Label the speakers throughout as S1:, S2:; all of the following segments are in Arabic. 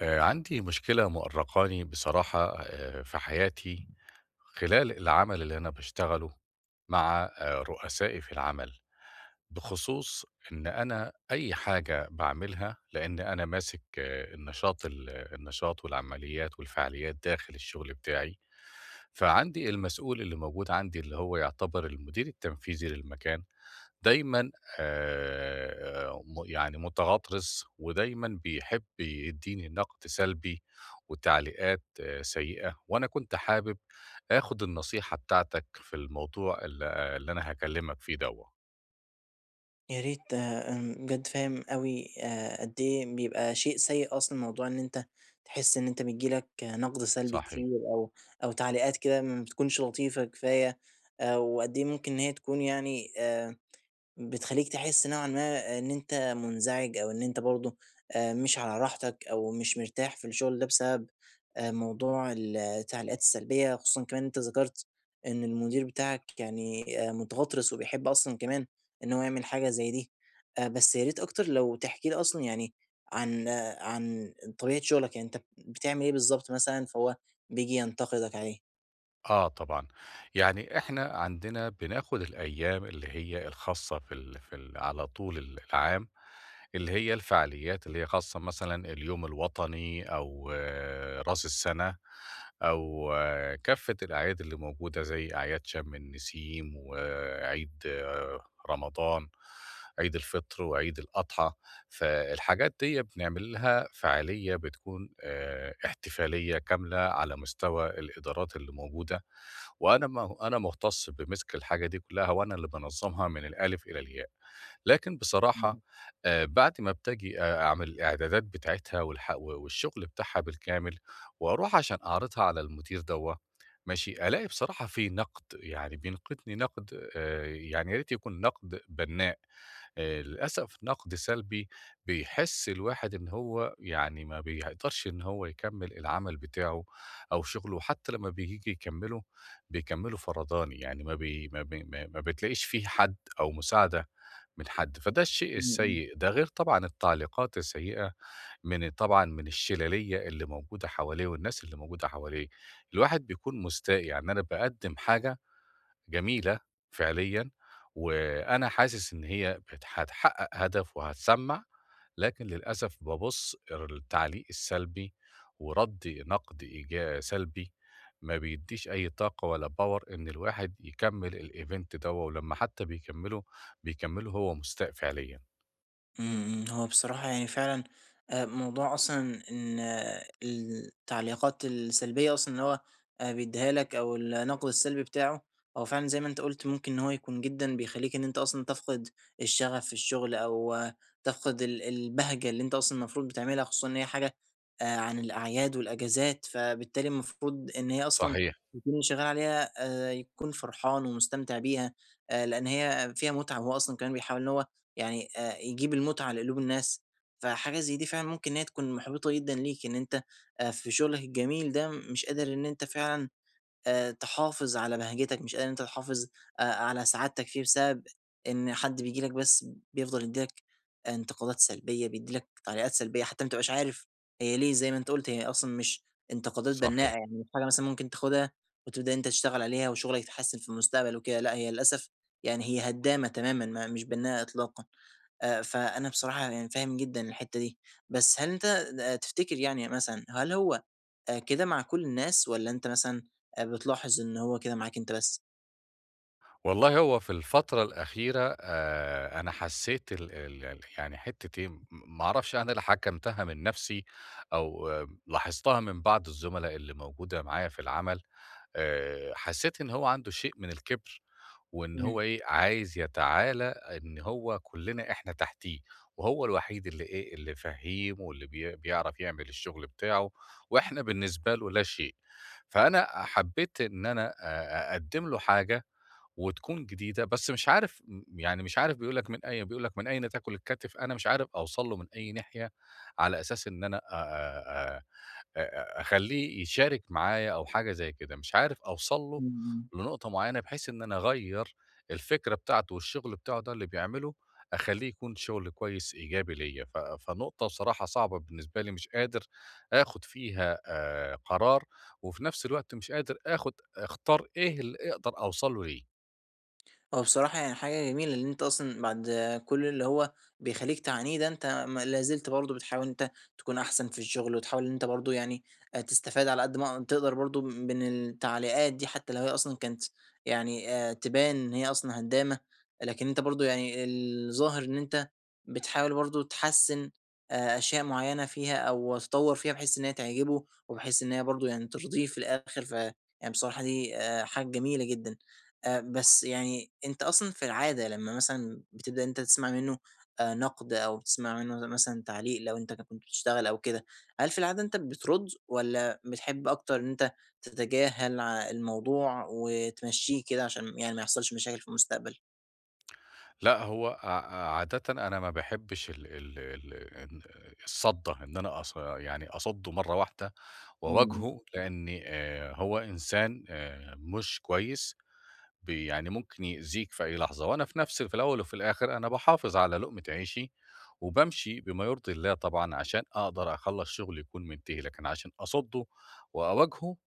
S1: عندي مشكلة مؤرقاني بصراحة في حياتي خلال العمل اللي أنا باشتغله مع رؤسائي في العمل، بخصوص إن أنا أي حاجة باعملها لإن أنا ماسك النشاط النشاط والعمليات والفعاليات داخل الشغل بتاعي. فعندي المسؤول اللي موجود عندي اللي هو يعتبر المدير التنفيذي للمكان. دايمًا م يعني متغطرس ودايمًا بيحب يدّيني نقد سلبي وتعليقات سيئة، وأنا كنت حابب آخُد النصيحة بتاعتك في الموضوع اللي أنا هاكلّمك فيه دوّة.
S2: يا ريت أنا بجد فاهم أوي، قد إيه بيبقى شيء سيء أصلًا موضوع إن أنت تحس إن أنت بييجي لك نقد سلبي كتير
S1: صحيح.
S2: أو تعليقات كده ما بتكونش لطيفة كفاية. وقد إيه ممكن إن هي تكون يعني بتخلّيك تحس نوعًا ما إن أنت مُنزعج أو إن أنت برضه مش على راحتك أو مش مرتاح في الشغل ده بسبب موضوع التعليقات السلبية، خصوصًا كمان أنت ذكرت إن المدير بتاعك يعني متغطرس وبيحب أصلًا كمان إن هو يعمل حاجة زي دي. بس يا ريت أكتر لو تحكي لي أصلًا يعني عن عن طبيعة شغلك، يعني أنت بتعمل إيه بالضبط مثلًا فهو بييجي ينتقدك عليه؟
S1: آه طبعًا، يعني إحنا عندنا بناخد الأيام اللي هي الخاصة في ال في ال على طول العام، اللي هي الفعاليات اللي هي خاصة مثلًا اليوم الوطني أو رأس السنة أو كافة الأعياد اللي موجودة زي أعياد شم النسيم وعيد رمضان، عيد الفطر وعيد الأضحى. فالحاجات دي بنعمل لها فعالية بتكون احتفالية كاملة على مستوى الإدارات اللي موجودة، وأنا م أنا مختص بمِسك الحاجة دي كلّها وأنا اللي بانظّمها من الألِف إلى الياء. لكن
S2: إمم،
S1: بصراحة بعد ما باجي أعمل الإعدادات بتاعتها والشغل بتاعها بالكامل وأروح عشان أعرضها على المدير دوّة، ماشي، ألاقي بصراحة في نقد، يعني بينقدني نقد يعني يا ريت يكون نقد بنّاء. للأسف نقد سلبي بيحس الواحد إن هو يعني ما بيقدرش إن هو يكمّل العمل بتاعه أو شغله، حتى لمّا بييجي يكمّله بيكمّله فرداني، يعني ما بي ما بي ما ما بتلاقيش فيه حد أو مساعدة من حد، فده الشيء
S2: إمم، إمم.
S1: السيء ده، غير طبعًا التعليقات السيئة من الشلالية اللي موجودة حواليه والناس اللي موجودة حواليه. الواحد بيكون مستاء، يعني أنا باقدّم حاجة جميلة فعليًا، وأنا حاسس إن هي هتحقق هدف وهتسمّع، لكن للأسف بابُص التعليق السلبي ورَد نقد سلبي ما بيدّيش أي طاقة ولا power إن الواحد يكمّل الevent دوّة، ولمّا حتى بيكمّله، بيكمّله هو مستاء فعليًا.
S2: هو بصراحة يعني فعلًا موضوع أصلًا إن التعليقات السلبية أصلًا إن هو بيدّيها لك أو النقد السلبي بتاعه، هو فعلًا زي ما أنت قُلت ممكن إن هو يكون جدًا بيخلّيك إن أنت أصلًا تفقد الشغف في الشغل أو تفقد البهجة اللي أنت أصلًا المفروض بتعملها، خصوصًا إن هي حاجة عن الأعياد والأجازات، فبالتالي المفروض إن هي أصلًا
S1: صحيح،
S2: يكون اللي شغّال عليها يكون فرحان ومستمتع بيها، لإن هي فيها متعة، وهو أصلًا كمان بيحاول إن هو يعني يجيب المتعة لقلوب الناس، فحاجة زي دي فعلًا ممكن إن هي تكون محبطة جدًا ليك، إن أنت في شغلك الجميل ده مش قادر إن أنت فعلًا تحافظ على بهجتك، مش قادر إن أنت تحافظ على سعادتك فيه بسبب إن حد بييجي لك بس بيفضل يدّي لك انتقادات سلبية، بيدّي لك تعليقات سلبية، حتى ما تبقاش عارف هي ليه، زي ما أنت قُلت هي أصلًا مش انتقادات بناءة،
S1: صحيح.
S2: يعني مش حاجة مثلًا ممكن تاخدها وتبدأ إن أنت تشتغل عليها وشغلك يتحسن في المستقبل وكده. لأ، هي للأسف يعني هي هدّامة تمامًا ما مش بناءة إطلاقًا. فأنا بصراحة يعني فاهم جدًا الحتّة دي، بس هل أنت تفتكر يعني مثلًا هل هو كده مع كل الناس والّا أنت مثلًا بتلاحظ إن هو كده معاك أنت بس؟
S1: والله هو في الفترة الأخيرة أنا حسيت ال ال ال يعني حتّة إيه، ما أعرفش أنا اللي حكّمتها من نفسي أو لاحظتها من بعض الزملاء اللي موجودة معايا في العمل. حسيت إن هو عنده شيء من الكِبْر، وإن
S2: إمم.
S1: هو عايز يتعالى إن هو كُلّنا إحنا تحتيه، وهو الوحيد اللي فهّيم واللي بيعرف يعمل الشغل بتاعه، وإحنا بالنسبة له لا شيء. فأنا حبّيت إن أنا أقدّم له حاجة وتكون جديدة، بس مش عارف بيقول لك "من أين تأكل الكتف؟" أنا مش عارف أوصل له من أي ناحية، على أساس إن أنا أخلّيه يشارك معايا أو حاجة زي كده، مش عارف أوصل له
S2: إمم، إمم.
S1: لنقطة معيّنة بحيث إن أنا أغيّر الفكرة بتاعته والشغل بتاعه ده اللي بيعمله، أخلّيه يكون شغل كويس إيجابي ليّا. فنقطة بصراحة صعبة بالنسبة لي، مش قادر آخُد فيها قرار، وفي نفس الوقت مش قادر أختار إيه اللي أقدر أوصل له ليه.
S2: هو بصراحة يعني حاجة جميلة، لإن أنت أصلًا بعد كل اللي هو بيخلّيك تعانيه ده، أنت ما لا زلت برضه بتحاول إن أنت تكون أحسن في الشغل، وتحاول إن أنت برضه يعني تستفاد على قد ما تقدر برضه من التعليقات دي، حتى لو هي أصلًا كانت يعني تبان إن هي أصلًا هدامة، لكن أنت برضه يعني الظاهر إن أنت بتحاول برضه تحسّن أشياء معيّنة فيها أو تطوّر فيها بحيث إن هي تعجبه، وبحيث إن هي برضه يعني ترضيه في الآخر. يعني بصراحة دي حاجة جميلة جدًا. بس يعني أنت أصلًا في العادة لمّا مثلًا بتبدأ إن أنت تسمع منّه نقد أو بتسمع منّه مثلًا تعليق لو أنت كنت بتشتغل أو كده، هل في العادة أنت بترُد والّا بتحب أكتر إن أنت تتجاهل ع الموضوع وتمشّيه كده عشان يعني ما يحصلش مشاكل في المستقبل؟
S1: لأ، هو عادةً أنا ما باحبش ال ال ال إن الصَّدّة، إن أنا أص يعني أصُدّه مرّة واحدة
S2: إمم،
S1: وأواجهه، لإني هو إنسان مش كويس، يعني ممكن يأذيك في أي لحظة، وأنا في الأول وفي الآخر أنا باحافظ على لقمة عيشي، وبامشي بما يرضي الله طبعًا عشان أقدر أخلّص شغلي يكون منتهي، لكن عشان أصُدّه وأواجهه،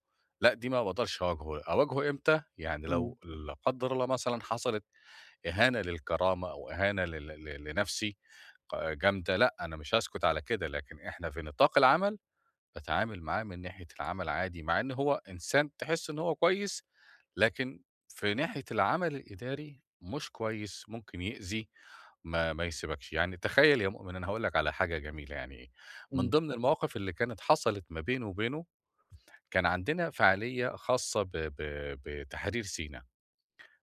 S1: لأ دي ما باقدرش أواجهه. أواجهه إمتى؟ يعني
S2: إمم،
S1: لو لا قدّر الله مثلًا حصلت إهانة للكرامة أو إهانة لل ل لنفسي جامدة، لأ أنا مش هاسكت على كده، لكن إحنا في نطاق العمل باتعامل معاه من ناحية العمل عادي، مع إن هو إنسان تحس إن هو كويس، لكن في ناحية العمل الإداري مش كويس، ممكن يأذي، ما يسيبكش، يعني تخيّل يا مؤمن أنا هاقول لك على حاجة جميلة يعني، من
S2: إمم،
S1: ضمن المواقف اللي كانت حصلت ما بينه وبينه، كان عندنا فعالية خاصة ب ب بتحرير سينا،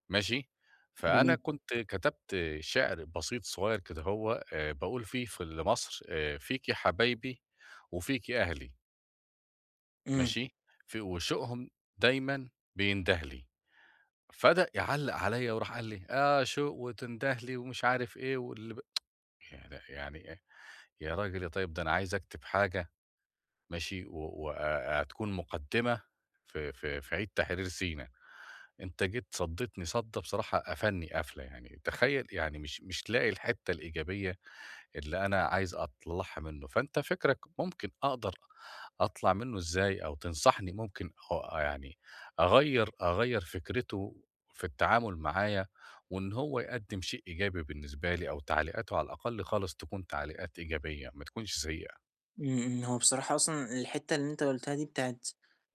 S1: ماشي، فأنا
S2: جميل.
S1: كنت كتبت شعر بسيط صغير كده هو باقول فيه لمصر فيكِ حبايبي وفيكِ أهلي.
S2: إمم.
S1: ماشي، وشوقهم دايمًا بينده لي، فبدأ يعلّق عليّا وراح قال لي: "آه شوق وتنده لي ومش عارف إيه واللي ب" يا ده يعني إيه، يا راجل يا طيب ده أنا عايز أكتب حاجة ماشي، و وآآ هتكون مقدمة في عيد تحرير سينا، أنت جيت صدّيتني صَدّة بصراحة قفلني قفلة يعني، تخيّل يعني مش لاقي الحتّة الإيجابية اللي أنا عايز أطلعها منه، فأنت فكرك ممكن أقدر أطلع منه إزاي أو تنصحني ممكن يعني أغيّر فكرته في التعامل معايا، وإن هو يقدّم شيء إيجابي بالنسبة لي أو تعليقاته على الأقل خالص تكون تعليقات إيجابية ما تكونش سيئة.
S2: هو بصراحة أصلًا الحتّة اللي أنت قُلتها دي بتاعة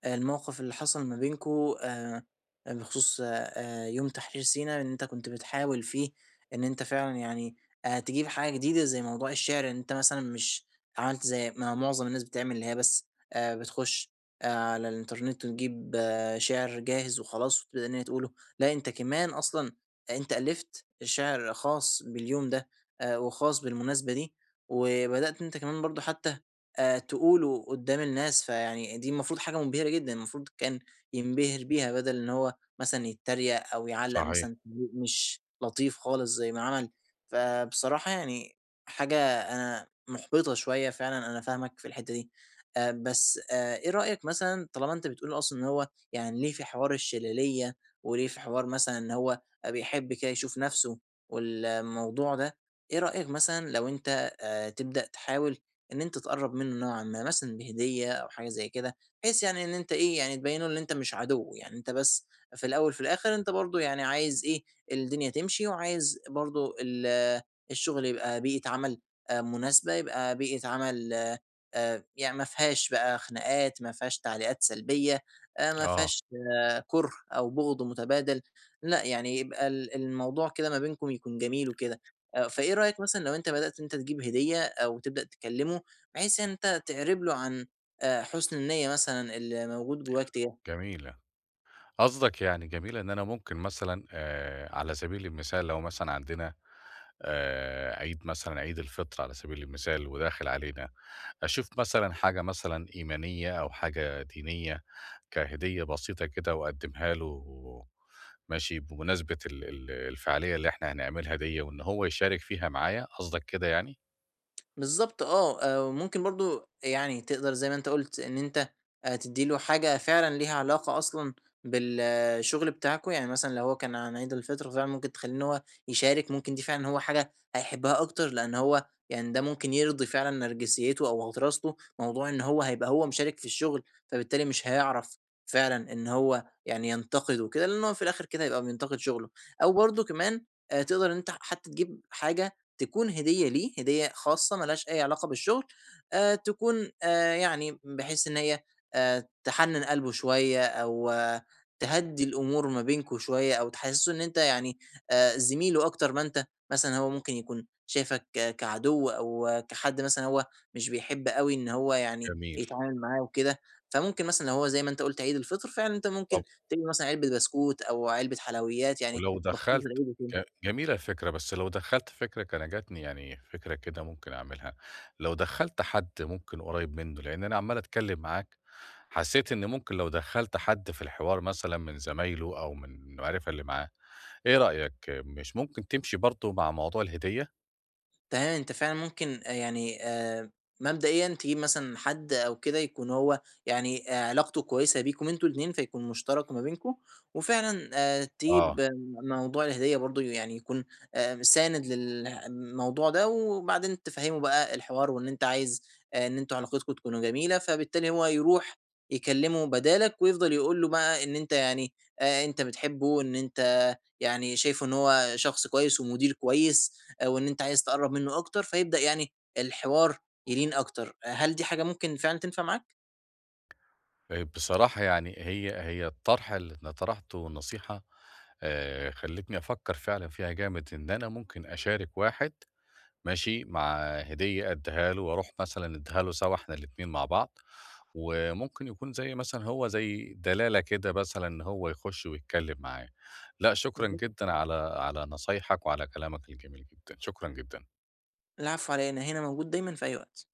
S2: الموقف اللي حصل ما بينكم آآ، بخصوص، يوم تحرير سينا إن أنت كنت بتحاول فيه إن أنت فعلًا يعني تجيب حاجة جديدة زي موضوع الشعر، إن أنت مثلًا مش عملت زي ما معظم الناس بتعمل اللي هي بس بتخش آه، على الإنترنت وتجيب شعر جاهز وخلاص وتبدأ إن هي تقوله. لأ، أنت كمان أصلًا أنت ألّفت شعر خاص باليوم ده، وخاص بالمناسبة دي، وبدأت أنت كمان برضه حتّى تقوله قدّام الناس، فيعني دي المفروض حاجة مُبهرة جدًا، المفروض كان ينبهر بيها بدل إن هو مثلًا يتريق أو يعلّق
S1: صحيح،
S2: مثلًا تعليق مش لطيف خالص زي ما عمل، فبصراحة يعني حاجة أنا مُحبطة شوية فعلًا، أنا فاهمك في الحتّة دي. بس إيه رأيك مثلًا طالما أنت بتقول أصلًا إن هو يعني ليه في حوار الشلالية، وليه في حوار مثلًا إن هو بيحب كده يشوف نَفْسه والموضوع ده، إيه رأيك مثلًا لو أنت تبدأ تحاول إن أنت تقرّب منّه نوعًا ما، مثلًا بهدية أو حاجة زي كده، بحيث يعني إن أنت إيه، يعني تبيّن له إن أنت مش عدو، يعني أنت بس في الأول في الآخر أنت برضه يعني عايز إيه، الدنيا تمشي وعايز برضه الشغل يبقى بيئة عمل مناسبة، يبقى بيئة عمل يعني ما فيهاش بقى خناقات، ما فيهاش تعليقات سلبية، ما
S1: آه،
S2: فيهاش كُره أو بُغض متبادل. لأ، يعني يبقى الموضوع كده ما بينكم يكون جميل وكده. فإيه رأيك مثلًا لو أنت بدأت إن أنت تجيب هدية أو تبدأ تكلّمه بحيث أنت تعرب له عن حُسن النيّة مثلًا اللي موجود جواك تجاه
S1: جميلة. قصدك يعني جميلة إن أنا ممكن مثلًا على سبيل المثال لو مثلًا عندنا عيد مثلًا عيد الفطر على سبيل المثال وداخل علينا أشوف مثلًا حاجة مثلًا إيمانية أو حاجة دينية كهدية بسيطة كده وأقدّمها له ماشي، بمناسبة ال ال الفعالية اللي إحنا هنعملها ديّة وإن هو يشارك فيها معايا، قصدك كده يعني؟
S2: بالضبط. آه، وممكن برضه يعني تقدر زي ما أنت قُلت إن أنت تدّي له حاجة فعلًا ليها علاقة أصلًا بالشغل بتاعكم، يعني مثلًا لو هو كان عن عيد الفطر فعلًا ممكن تخلّيه إن هو يشارك، ممكن دي فعلًا هو حاجة هيحبها أكتر، لإن هو يعني ده ممكن يرضي فعلًا نرجسيته أو غطرسته، موضوع إن هو هيبقى هو مشارك في الشغل، فبالتالي مش هيعرف فعلًا إن هو يعني ينتقد وكده، لإن هو في الآخر كده هيبقى بينتقد شغله، أو برضه كمان تقدر إن أنت حتى تجيب حاجة تكون هدية ليه، هدية خاصة ما لهاش أي علاقة بالشغل، تكون يعني بحيث إن هي تحنِّن قلبه شوية أو تهدّي الأمور ما بينكم شوية أو تحسّسه إن أنت يعني زميله أكتر ما أنت مثلًا هو ممكن يكون شايفك كعدو أو كحد مثلًا هو مش بيحب أوي إن هو يعني
S1: جميل.
S2: يتعامل معاه وكده، فممكن مثلًا لو هو زي ما أنت قُلت عيد الفطر، فعلًا أنت ممكن
S1: طب
S2: تجيب مثلًا علبة بسكوت أو علبة حلويات يعني
S1: ولو
S2: مخصوص
S1: دخّلت
S2: للعيد وكده.
S1: جميلة الفكرة، بس لو دخّلت فكرة كان جاتني يعني فكرة كده ممكن أعملها، لو دخّلت حد ممكن قريب منه، لإن أنا عمّال أتكلّم معاك حسّيت إن ممكن لو دخّلت حد في الحوار مثلًا من زمايله أو من المعرفة اللي معاه، إيه رأيك مش ممكن تمشي برضه مع موضوع الهدية؟
S2: تمام، أنت فعلًا ممكن يعني مبدئيًا تجيب مثلًا حد أو كده يكون هو يعني علاقته كويسة بيكم أنتم الاتنين، فيكون مشترك ما بينكم، وفعلًا تجيب
S1: آه،
S2: آه، موضوع الهدية برضه يعني يكون ساند للموضوع ده، وبعدين تفهّمه بقى الحوار وإن أنت عايز إن أنتم علاقتكم تكونوا جميلة، فبالتالي هو يروح يكلمه بدالك، ويفضل يقول له بقى إن أنت يعني أنت بتحبه، إن أنت يعني شايفه إن هو شخص كويس ومدير كويس. آه، وإن أنت عايز تقرّب منّه أكتر، فيبدأ يعني الحوار يلين أكتر. آه، هل دي حاجة ممكن فعلًا تنفع معاك؟
S1: بصراحة يعني هي الطرح اللي أنا طرحته والنصيحة خلّتني أفكّر فعلًا فيها جامد، إن أنا ممكن أشارك واحد ماشي، مع هدية أدّيها له وأروح مثلًا ندّيها له سوا إحنا الاتنين مع بعض، وممكن يكون زي مثلًا هو زي دلالة كده مثلًا إن هو يخُش ويتكلّم معاه. لأ شكرًا
S2: بالضبط.
S1: جدًا على نصايحك وعلى كلامك الجميل جدًا، شكرًا جدًا.
S2: العفو على إيه، أنا هنا موجود دايمًا في أي وقت.